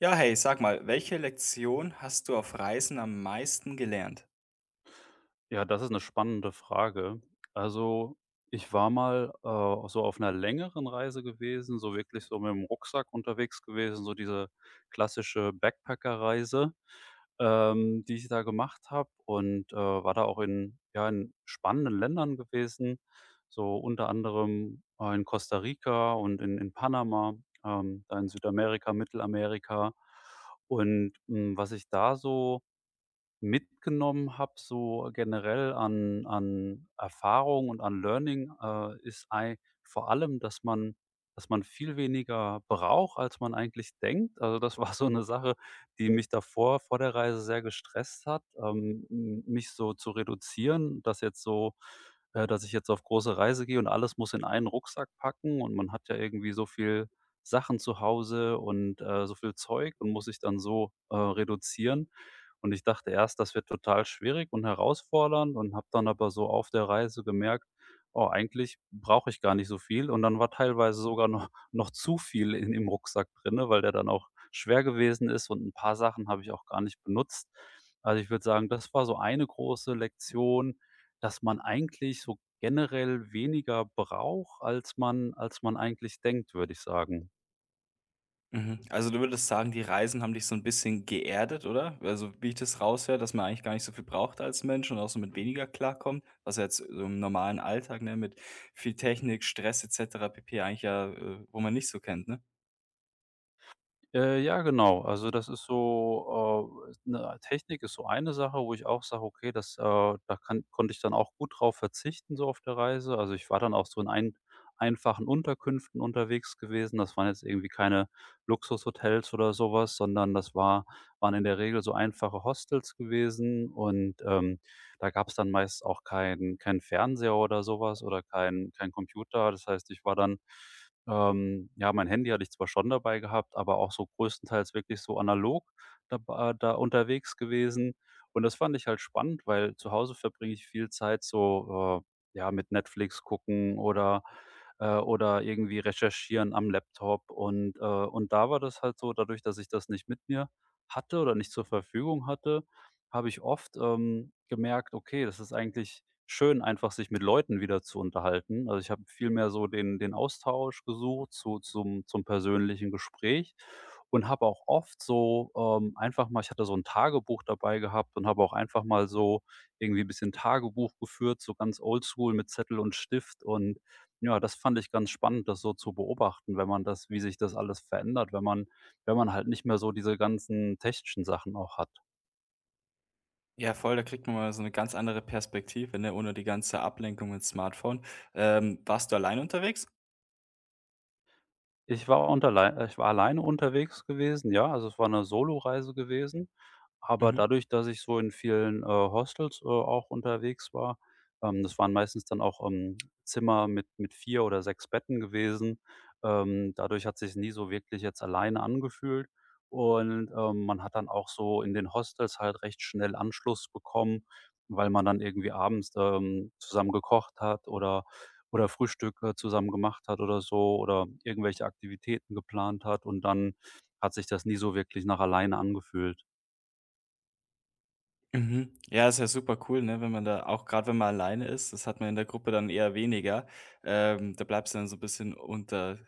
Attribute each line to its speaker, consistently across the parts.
Speaker 1: Ja, hey, sag mal, welche Lektion hast du auf Reisen am meisten gelernt?
Speaker 2: Ja, das ist eine spannende Frage. Also, ich war mal, so auf einer längeren Reise gewesen, so wirklich so mit dem Rucksack unterwegs gewesen, so diese klassische Backpacker-Reise, die ich da gemacht habe und, war da auch in ja, in spannenden Ländern gewesen, so unter anderem, in Costa Rica und in Panama, da in Südamerika, Mittelamerika. Und, was ich da so mitgenommen habe, so generell an Erfahrung und an Learning, ist ei vor allem, dass man viel weniger braucht, als man eigentlich denkt. Also, das war so eine Sache, die mich davor vor der Reise sehr gestresst hat, m mich so zu reduzieren, dass ich jetzt auf große Reise gehe und alles muss in einen Rucksack packen und man hat ja irgendwie so viel Sachen zu Hause und, so viel Zeug und muss sich dann so, reduzieren. Und ich dachte erst, das wird total schwierig und herausfordernd und habe dann aber so auf der Reise gemerkt: „Oh, eigentlich brauche ich gar nicht so viel." Und dann war teilweise sogar noch noch zu viel in im Rucksack drinne, weil der dann auch schwer gewesen ist und ein paar Sachen habe ich auch gar nicht benutzt. Also, ich würde sagen, das war so eine große Lektion, dass man eigentlich so generell weniger braucht, als man eigentlich denkt, würde ich sagen.
Speaker 1: Mhm. Also du würdest sagen, die Reisen haben dich so ein bisschen geerdet, oder? Also, wie ich das raushöre, dass man eigentlich gar nicht so viel braucht als Mensch und auch so mit weniger klarkommt, was ja jetzt so im normalen Alltag, ne, mit viel Technik, Stress et cetera pp. Eigentlich ja, wo man nicht so kennt, ne?
Speaker 2: Ja, genau. Also, das ist so, 'ne Technik ist so eine Sache, wo ich auch sage: „Okay, da kann konnte ich dann auch gut drauf verzichten so auf der Reise." Also, ich war dann auch so in einfachen Unterkünften unterwegs gewesen. Das waren jetzt irgendwie keine Luxushotels oder sowas, sondern das waren in der Regel so einfache Hostels gewesen und, da gab es dann meist auch keinen Fernseher oder sowas oder keinen Computer. Das heißt, ich war dann ja, mein Handy hatte ich zwar schon dabei gehabt, aber auch so größtenteils wirklich so analog dab da unterwegs gewesen. Und das fand ich halt spannend, weil zu Hause verbringe ich viel Zeit so, ja, mit Netflix gucken oder irgendwie recherchieren am Laptop. Und da war das halt so, dadurch, dass ich das nicht mit mir hatte oder nicht zur Verfügung hatte, habe ich oft, gemerkt: „Okay, das ist eigentlich schön, einfach sich mit Leuten wieder zu unterhalten." Also, ich habe viel mehr so den Austausch gesucht zu zum zum persönlichen Gespräch und habe auch oft so, einfach mal ich hatte so ein Tagebuch dabei gehabt und habe auch einfach mal so irgendwie ein bisschen Tagebuch geführt, so ganz oldschool mit Zettel und Stift und ja, das fand ich ganz spannend, das so zu beobachten, wenn man das wie sich das alles verändert, wenn man halt nicht mehr so diese ganzen technischen Sachen auch hat.
Speaker 1: Ja, voll, da kriegt man mal so eine ganz andere Perspektive, ne, ohne die ganze Ablenkung mit Smartphone. Warst du allein unterwegs?
Speaker 2: Ich war unter ich war alleine unterwegs gewesen, ja, also es war 'ne Soloreise gewesen. Aber
Speaker 1: Mhm.
Speaker 2: dadurch, dass ich so in vielen, Hostels, auch unterwegs war. Das waren meistens dann auch, Zimmer mit 4 oder 6 Betten gewesen. Dadurch hat sich's nie so wirklich jetzt alleine angefühlt. Und, man hat dann auch so in den Hostels halt recht schnell Anschluss bekommen, weil man dann irgendwie abends, zusammen gekocht hat oder Frühstück, zusammen gemacht hat oder so oder irgendwelche Aktivitäten geplant hat und dann hat sich das nie so wirklich nach alleine angefühlt.
Speaker 1: Mhm. Ja, ist ja super cool, ne, wenn man da auch gerade wenn man alleine ist, das hat man in der Gruppe dann eher weniger. Da bleibst du dann so 'n bisschen unter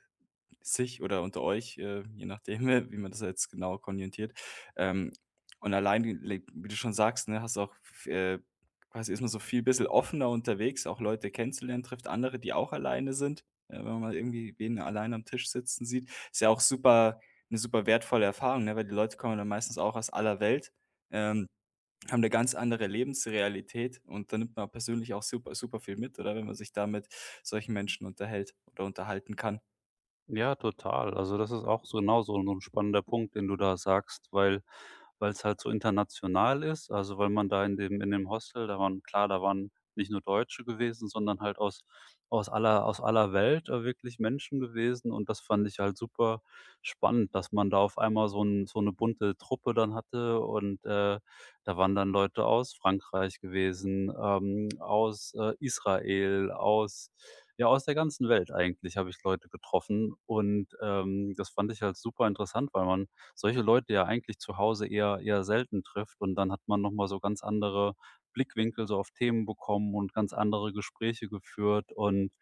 Speaker 1: sich oder unter euch, je nachdem, wie man das jetzt genau konjunktiert. Ähm, und allein le wie du schon sagst, ne, hast auch v quasi ist man so viel bisschen offener unterwegs, auch Leute kennenzulernen, trifft andere, die auch alleine sind, wenn man mal irgendwie wen allein am Tisch sitzen sieht. Ist ja auch super eine super wertvolle Erfahrung, ne, weil die Leute kommen dann meistens auch aus aller Welt. Ähm haben eine ganz andere Lebensrealität und da nimmt man persönlich auch super super viel mit, oder? Wenn man sich da mit solchen Menschen unterhält oder unterhalten kann.
Speaker 2: Ja, total. Also, das ist auch so genau so ein spannender Punkt, den du da sagst, weil es halt so international ist, also, weil man da in dem Hostel da waren klar, da waren nicht nur Deutsche gewesen, sondern halt aus aller Welt, wirklich Menschen gewesen und das fand ich halt super spannend, dass man da auf einmal so 'ne bunte Truppe dann hatte. Da wandern Leute aus Frankreich gewesen, aus, Israel, aus der ganzen Welt eigentlich habe ich Leute getroffen und, das fand ich halt super interessant, weil man solche Leute ja eigentlich zu Hause eher selten trifft und dann hat man noch mal so ganz andere Blickwinkel so auf Themen bekommen und ganz andere Gespräche geführt und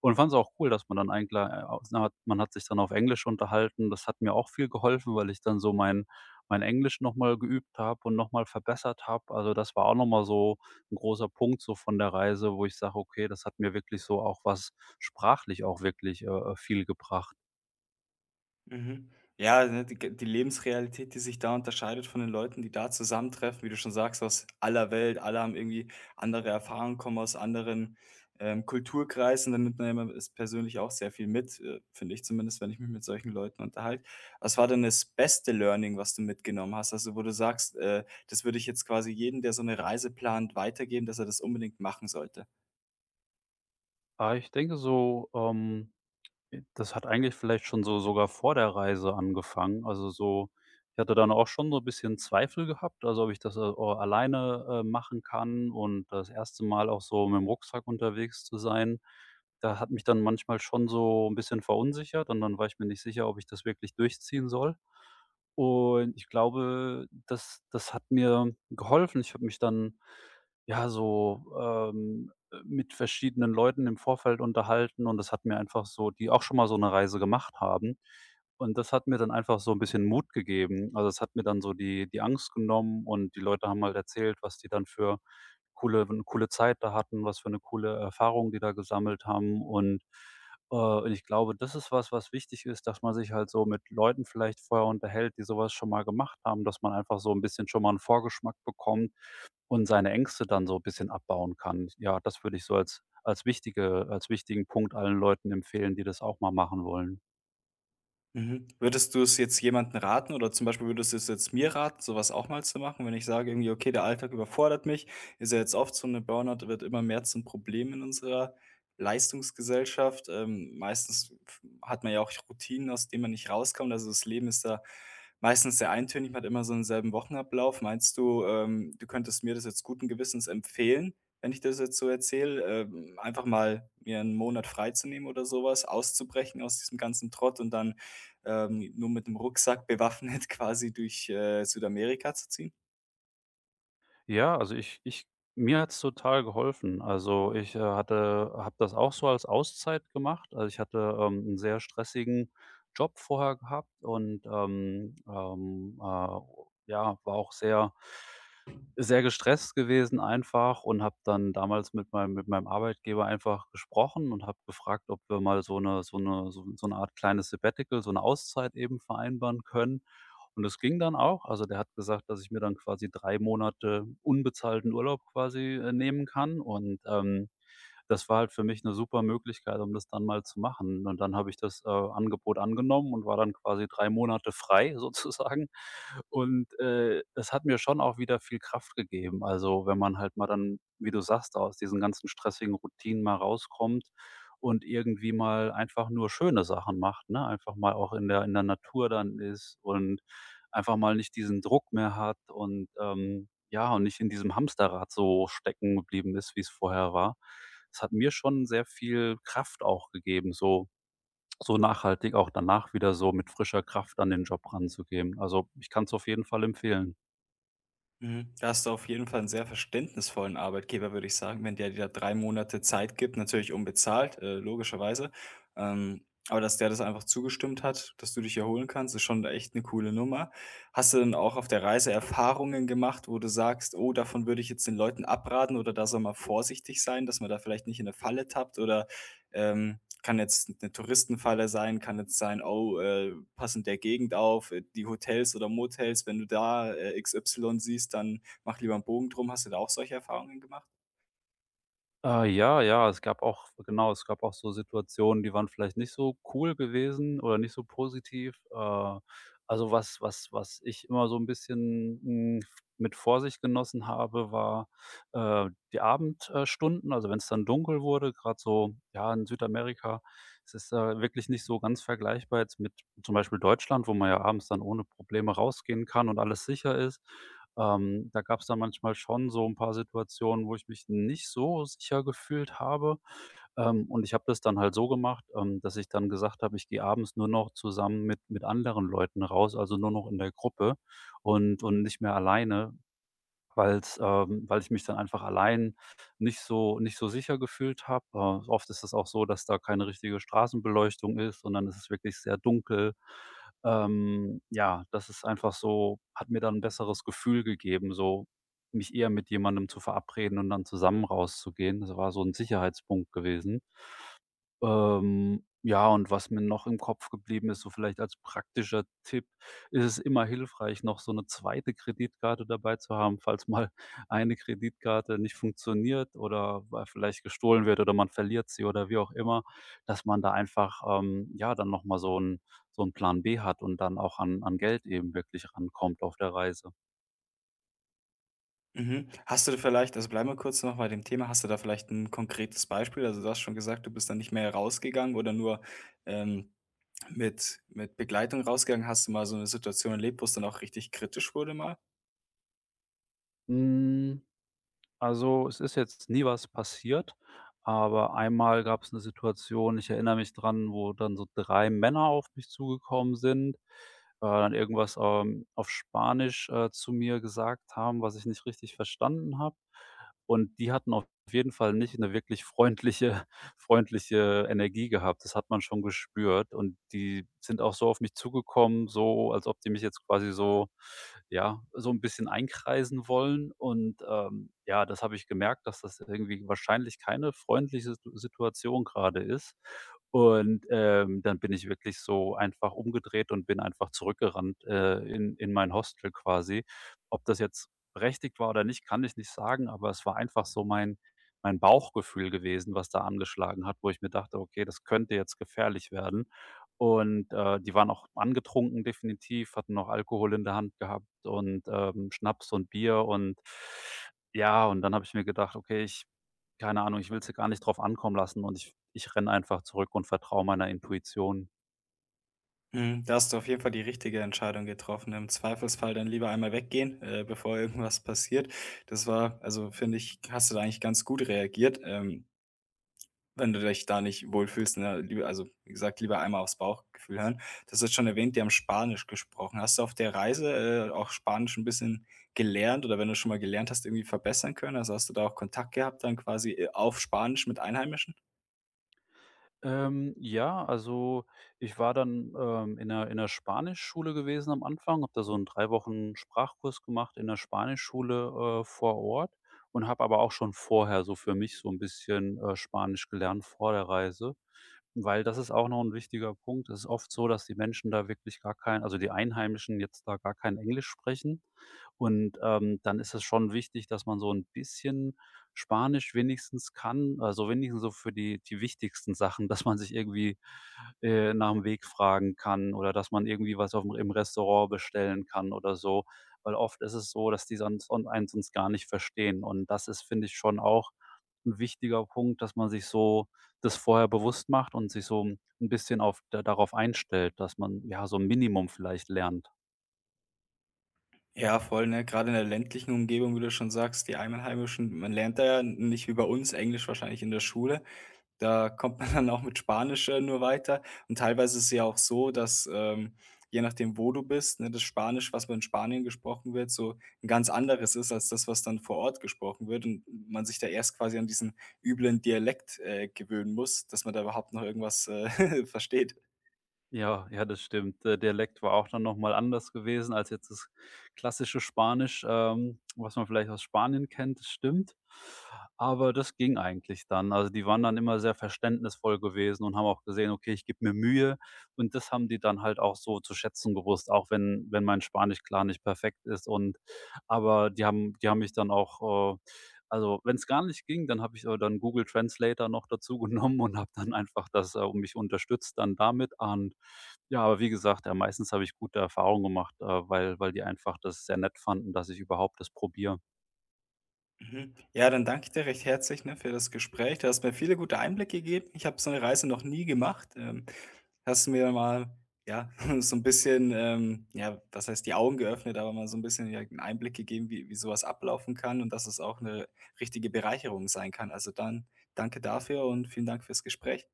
Speaker 2: und fand es auch cool, dass man dann eigentlich aus man hat sich dann auf Englisch unterhalten. Das hat mir auch viel geholfen, weil ich dann so mein Englisch noch mal geübt habe und noch mal verbessert habe. Also, das war auch noch mal so ein großer Punkt so von der Reise, wo ich sage: „Okay, das hat mir wirklich so auch was sprachlich auch wirklich, viel gebracht."
Speaker 1: Mhm. Ja, ne, die Lebensrealität, die sich da unterscheidet von den Leuten, die da zusammentreffen, wie du schon sagst, aus aller Welt. Alle haben irgendwie andere Erfahrungen, kommen aus anderen, Kulturkreisen. Da nimmt man ja immer s persönlich auch sehr viel mit, finde ich zumindest, wenn ich mich mit solchen Leuten unterhalte. Was war denn das beste Learning, was du mitgenommen hast? Also, wo du sagst, das würde ich jetzt quasi jedem, der so eine Reise plant, weitergeben, dass er das unbedingt machen sollte?
Speaker 2: Ah, ich denke so, das hat eigentlich vielleicht schon so sogar vor der Reise angefangen. Also, so ich hatte dann auch schon so ein bisschen Zweifel gehabt, also, ob ich das, o alleine, machen kann und das erste Mal auch so mit dem Rucksack unterwegs zu sein, da hat mich dann manchmal schon so ein bisschen verunsichert und dann war ich mir nicht sicher, ob ich das wirklich durchziehen soll. Und ich glaube, das hat mir geholfen. Ich habe mich dann, ja, so, mit verschiedenen Leuten im Vorfeld unterhalten und das hat mir einfach so die auch schon mal so eine Reise gemacht haben. Und das hat mir dann einfach so ein bisschen Mut gegeben. Also, es hat mir dann so die Angst genommen und die Leute haben halt erzählt, was die dann für coole 'ne coole Zeit da hatten, was für eine coole Erfahrung die da gesammelt haben. Und ich glaube, das ist was, was wichtig ist, dass man sich halt so mit Leuten vielleicht vorher unterhält, die sowas schon mal gemacht haben, dass man einfach so ein bisschen schon mal einen Vorgeschmack bekommt, und seine Ängste dann so ein bisschen abbauen kann. Ja, das würde ich so als wichtigen Punkt allen Leuten empfehlen, die das auch mal machen wollen.
Speaker 1: Mhm. Würdest du es jetzt jemandem raten oder zum Beispiel würdest du es jetzt mir raten, sowas auch mal zu machen, wenn ich sage irgendwie: „Okay, der Alltag überfordert mich.“ Ist ja jetzt oft so eine Burnout wird immer mehr zum Problem in unserer Leistungsgesellschaft. Meistens f hat man ja auch Routinen, aus denen man nicht rauskommt. Also, das Leben ist da meistens sehr eintönig, man hat immer so einen selben Wochenablauf. Meinst du, du könntest mir das jetzt guten Gewissens empfehlen, wenn ich das jetzt so erzähle, einfach mal mir einen Monat freizunehmen oder sowas, auszubrechen aus diesem ganzen Trott und dann nur mit dem Rucksack bewaffnet quasi durch, Südamerika zu ziehen.
Speaker 2: Ja, also ich ich mir hat's total geholfen. Also, ich, hatte habe das auch so als Auszeit gemacht. Also, ich hatte, 'n sehr stressigen Job vorher gehabt und, ja, war auch sehr sehr gestresst gewesen einfach und habe dann damals mit meinem Arbeitgeber einfach gesprochen und habe gefragt, ob wir mal so 'ne Art kleines Sabbatical, so eine Auszeit eben vereinbaren können. Und das ging dann auch. Also, der hat gesagt, dass ich mir dann quasi 3 Monate unbezahlten Urlaub quasi, nehmen kann. Das war halt für mich eine super Möglichkeit, um das dann mal zu machen. Und dann habe ich das, Angebot angenommen und war dann quasi 3 Monate frei sozusagen. Das hat mir schon auch wieder viel Kraft gegeben. Also, wenn man halt mal dann, wie du sagst, aus diesen ganzen stressigen Routinen mal rauskommt und irgendwie mal einfach nur schöne Sachen macht, ne? Einfach mal auch in der Natur dann ist und einfach mal nicht diesen Druck mehr hat ja, und nicht in diesem Hamsterrad so stecken geblieben ist, wie es vorher war. Es hat mir schon sehr viel Kraft auch gegeben, so so nachhaltig auch danach wieder so mit frischer Kraft an den Job ranzugehen. Also, ich kann es auf jeden Fall empfehlen.
Speaker 1: Mhm. Da hast du auf jeden Fall 'n sehr verständnisvollen Arbeitgeber, würde ich sagen, wenn der dir da 3 Monate Zeit gibt, natürlich unbezahlt, logischerweise. Aber dass der das einfach zugestimmt hat, dass du dich erholen kannst, ist schon echt eine coole Nummer. Hast du denn auch auf der Reise Erfahrungen gemacht, wo du sagst: „Oh, davon würde ich jetzt den Leuten abraten“ oder „da soll man vorsichtig sein, dass man da vielleicht nicht in eine Falle tappt“, oder kann jetzt eine Touristenfalle sein, kann jetzt sein: „Oh, pass in der Gegend auf, die Hotels oder Motels, wenn du da, XY siehst, dann mach lieber einen Bogen drum.“ Hast du da auch solche Erfahrungen gemacht?
Speaker 2: Ja, ja, es gab auch genau, es gab auch so Situationen, die waren vielleicht nicht so cool gewesen oder nicht so positiv. Also was ich immer so ein bisschen, mit Vorsicht genossen habe, war, die Abendstunden. Also wenn es dann dunkel wurde, gerade so, ja, in Südamerika ist es, ist wirklich nicht so ganz vergleichbar jetzt mit zum Beispiel Deutschland, wo man ja abends dann ohne Probleme rausgehen kann und alles sicher ist. Da gab es dann manchmal schon so ein paar Situationen, wo ich mich nicht so sicher gefühlt habe. Und ich habe das dann halt so gemacht, dass ich dann gesagt habe, ich gehe abends nur noch zusammen mit anderen Leuten raus, also nur noch in der Gruppe und nicht mehr alleine, weil ich mich dann einfach allein nicht so sicher gefühlt habe. Oft ist es auch so, dass da keine richtige Straßenbeleuchtung ist, sondern es ist wirklich sehr dunkel. Ja, das ist einfach so hat mir dann ein besseres Gefühl gegeben, so mich eher mit jemandem zu verabreden und dann zusammen rauszugehen. Das war so ein Sicherheitspunkt gewesen. Ja, und was mir noch im Kopf geblieben ist, so vielleicht als praktischer Tipp, ist es immer hilfreich, noch so eine zweite Kreditkarte dabei zu haben, falls mal eine Kreditkarte nicht funktioniert oder weil vielleicht gestohlen wird oder man verliert sie oder wie auch immer, dass man da einfach, ja, dann noch mal so 'n Plan B hat und dann auch an Geld eben wirklich rankommt auf der Reise.
Speaker 1: Mhm. Hast du da vielleicht also, bleiben wir kurz noch bei dem Thema. Hast du da vielleicht ein konkretes Beispiel? Also, du hast schon gesagt, du bist dann nicht mehr rausgegangen oder nur, ähm, mit Begleitung rausgegangen. Hast du mal so eine Situation erlebt, wo's dann auch richtig kritisch wurde mal?
Speaker 2: Hm. Also, es ist jetzt nie was passiert, aber einmal gab es 'ne Situation, ich erinnere mich dran, wo dann so 3 Männer auf mich zugekommen sind, dann irgendwas, auf Spanisch, zu mir gesagt haben, was ich nicht richtig verstanden habe. Und die hatten auf jeden Fall nicht 'ne wirklich freundliche Energie gehabt. Das hat man schon gespürt, und die sind auch so auf mich zugekommen, so als ob die mich jetzt quasi so, ja, so ein bisschen einkreisen wollen. Und, ja, das habe ich gemerkt, dass das irgendwie wahrscheinlich keine freundliche Situation gerade ist. Und, dann bin ich wirklich so einfach umgedreht und bin einfach zurückgerannt, in mein Hostel quasi. Ob das jetzt berechtigt war oder nicht, kann ich nicht sagen, aber es war einfach so mein Bauchgefühl gewesen, was da angeschlagen hat, wo ich mir dachte: „Okay, das könnte jetzt gefährlich werden.“ Und, die waren auch angetrunken, definitiv, hatten noch Alkohol in der Hand gehabt und, Schnaps und Bier. Und ja, und dann habe ich mir gedacht: „Okay, ich, keine Ahnung, ich will hier gar nicht drauf ankommen lassen, und ich renne einfach zurück und vertraue meiner Intuition.“
Speaker 1: Mhm, da hast du auf jeden Fall die richtige Entscheidung getroffen. Im Zweifelsfall dann lieber einmal weggehen, bevor irgendwas passiert. Das war also finde ich, hast du da eigentlich ganz gut reagiert, wenn du dich da nicht wohlfühlst, ne? Lieber also, wie gesagt, lieber einmal aufs Bauchgefühl hören. Das hast schon erwähnt, die haben Spanisch gesprochen. Hast du auf der Reise, auch Spanisch ein bisschen gelernt oder wenn du schon mal gelernt hast, irgendwie verbessern können? Also, hast du da auch Kontakt gehabt dann quasi, auf Spanisch mit Einheimischen?
Speaker 2: Ja, also ich war dann, in der Spanischschule gewesen am Anfang, habe da so einen 3 Wochen Sprachkurs gemacht in der Spanischschule, vor Ort, und habe aber auch schon vorher so für mich so ein bisschen, Spanisch gelernt vor der Reise, weil das ist auch noch ein wichtiger Punkt. Es ist oft so, dass die Menschen da wirklich gar kein, also die Einheimischen jetzt, da gar kein Englisch sprechen, und, dann ist es schon wichtig, dass man so ein bisschen Spanisch wenigstens kann, also wenigstens so für die wichtigsten Sachen, dass man sich irgendwie, nach dem Weg fragen kann oder dass man irgendwie was aufm im Restaurant bestellen kann oder so. Weil oft ist es so, dass die sonst und einen sonst gar nicht verstehen. Und das ist, finde ich, schon auch ein wichtiger Punkt, dass man sich so das vorher bewusst macht und sich so ein bisschen auf darauf einstellt, dass man, ja, so ein Minimum vielleicht lernt.
Speaker 1: Ja, voll, ne? Gerade in der ländlichen Umgebung, wie du schon sagst, die Einheimischen, man lernt da ja nicht wie bei uns Englisch wahrscheinlich in der Schule. Da kommt man dann auch mit Spanisch nur weiter. Und teilweise ist es ja auch so, dass je nachdem, wo du bist, ne, das Spanisch, was in Spanien gesprochen wird, so ein ganz anderes ist als das, was dann vor Ort gesprochen wird. Und man sich da erst quasi an diesen üblen Dialekt gewöhnen muss, dass man da überhaupt noch irgendwas versteht.
Speaker 2: Ja, ja, das stimmt. Der Dialekt war auch dann noch mal anders gewesen als jetzt das klassische Spanisch, was man vielleicht aus Spanien kennt, das stimmt. Aber das ging eigentlich dann. Also, die waren dann immer sehr verständnisvoll gewesen und haben auch gesehen: „Okay, ich gebe mir Mühe.“ Und das haben die dann halt auch so zu schätzen gewusst, auch wenn mein Spanisch klar nicht perfekt ist. Und aber die haben mich dann auch, also, wenn es gar nicht ging, dann habe ich aber dann Google Translator noch dazu genommen und habe dann einfach das, mich unterstützt dann damit. An. Ja, aber wie gesagt, meistens habe ich gute Erfahrungen gemacht, weil die einfach das sehr nett fanden, dass ich überhaupt das probiere.
Speaker 1: Mhm. Ja, dann danke ich dir recht herzlich, ne, für das Gespräch. Du hast mir viele gute Einblicke gegeben. Ich habe so eine Reise noch nie gemacht. Hast mir mal, ja, so ein bisschen, ja, was heißt die Augen geöffnet, aber mal so ein bisschen, ja, 'n Einblick gegeben, wie sowas ablaufen kann und dass es auch eine richtige Bereicherung sein kann. Also, dann danke dafür und vielen Dank fürs Gespräch.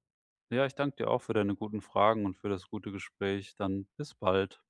Speaker 2: Ja, ich danke dir auch für deine guten Fragen und für das gute Gespräch. Dann bis bald.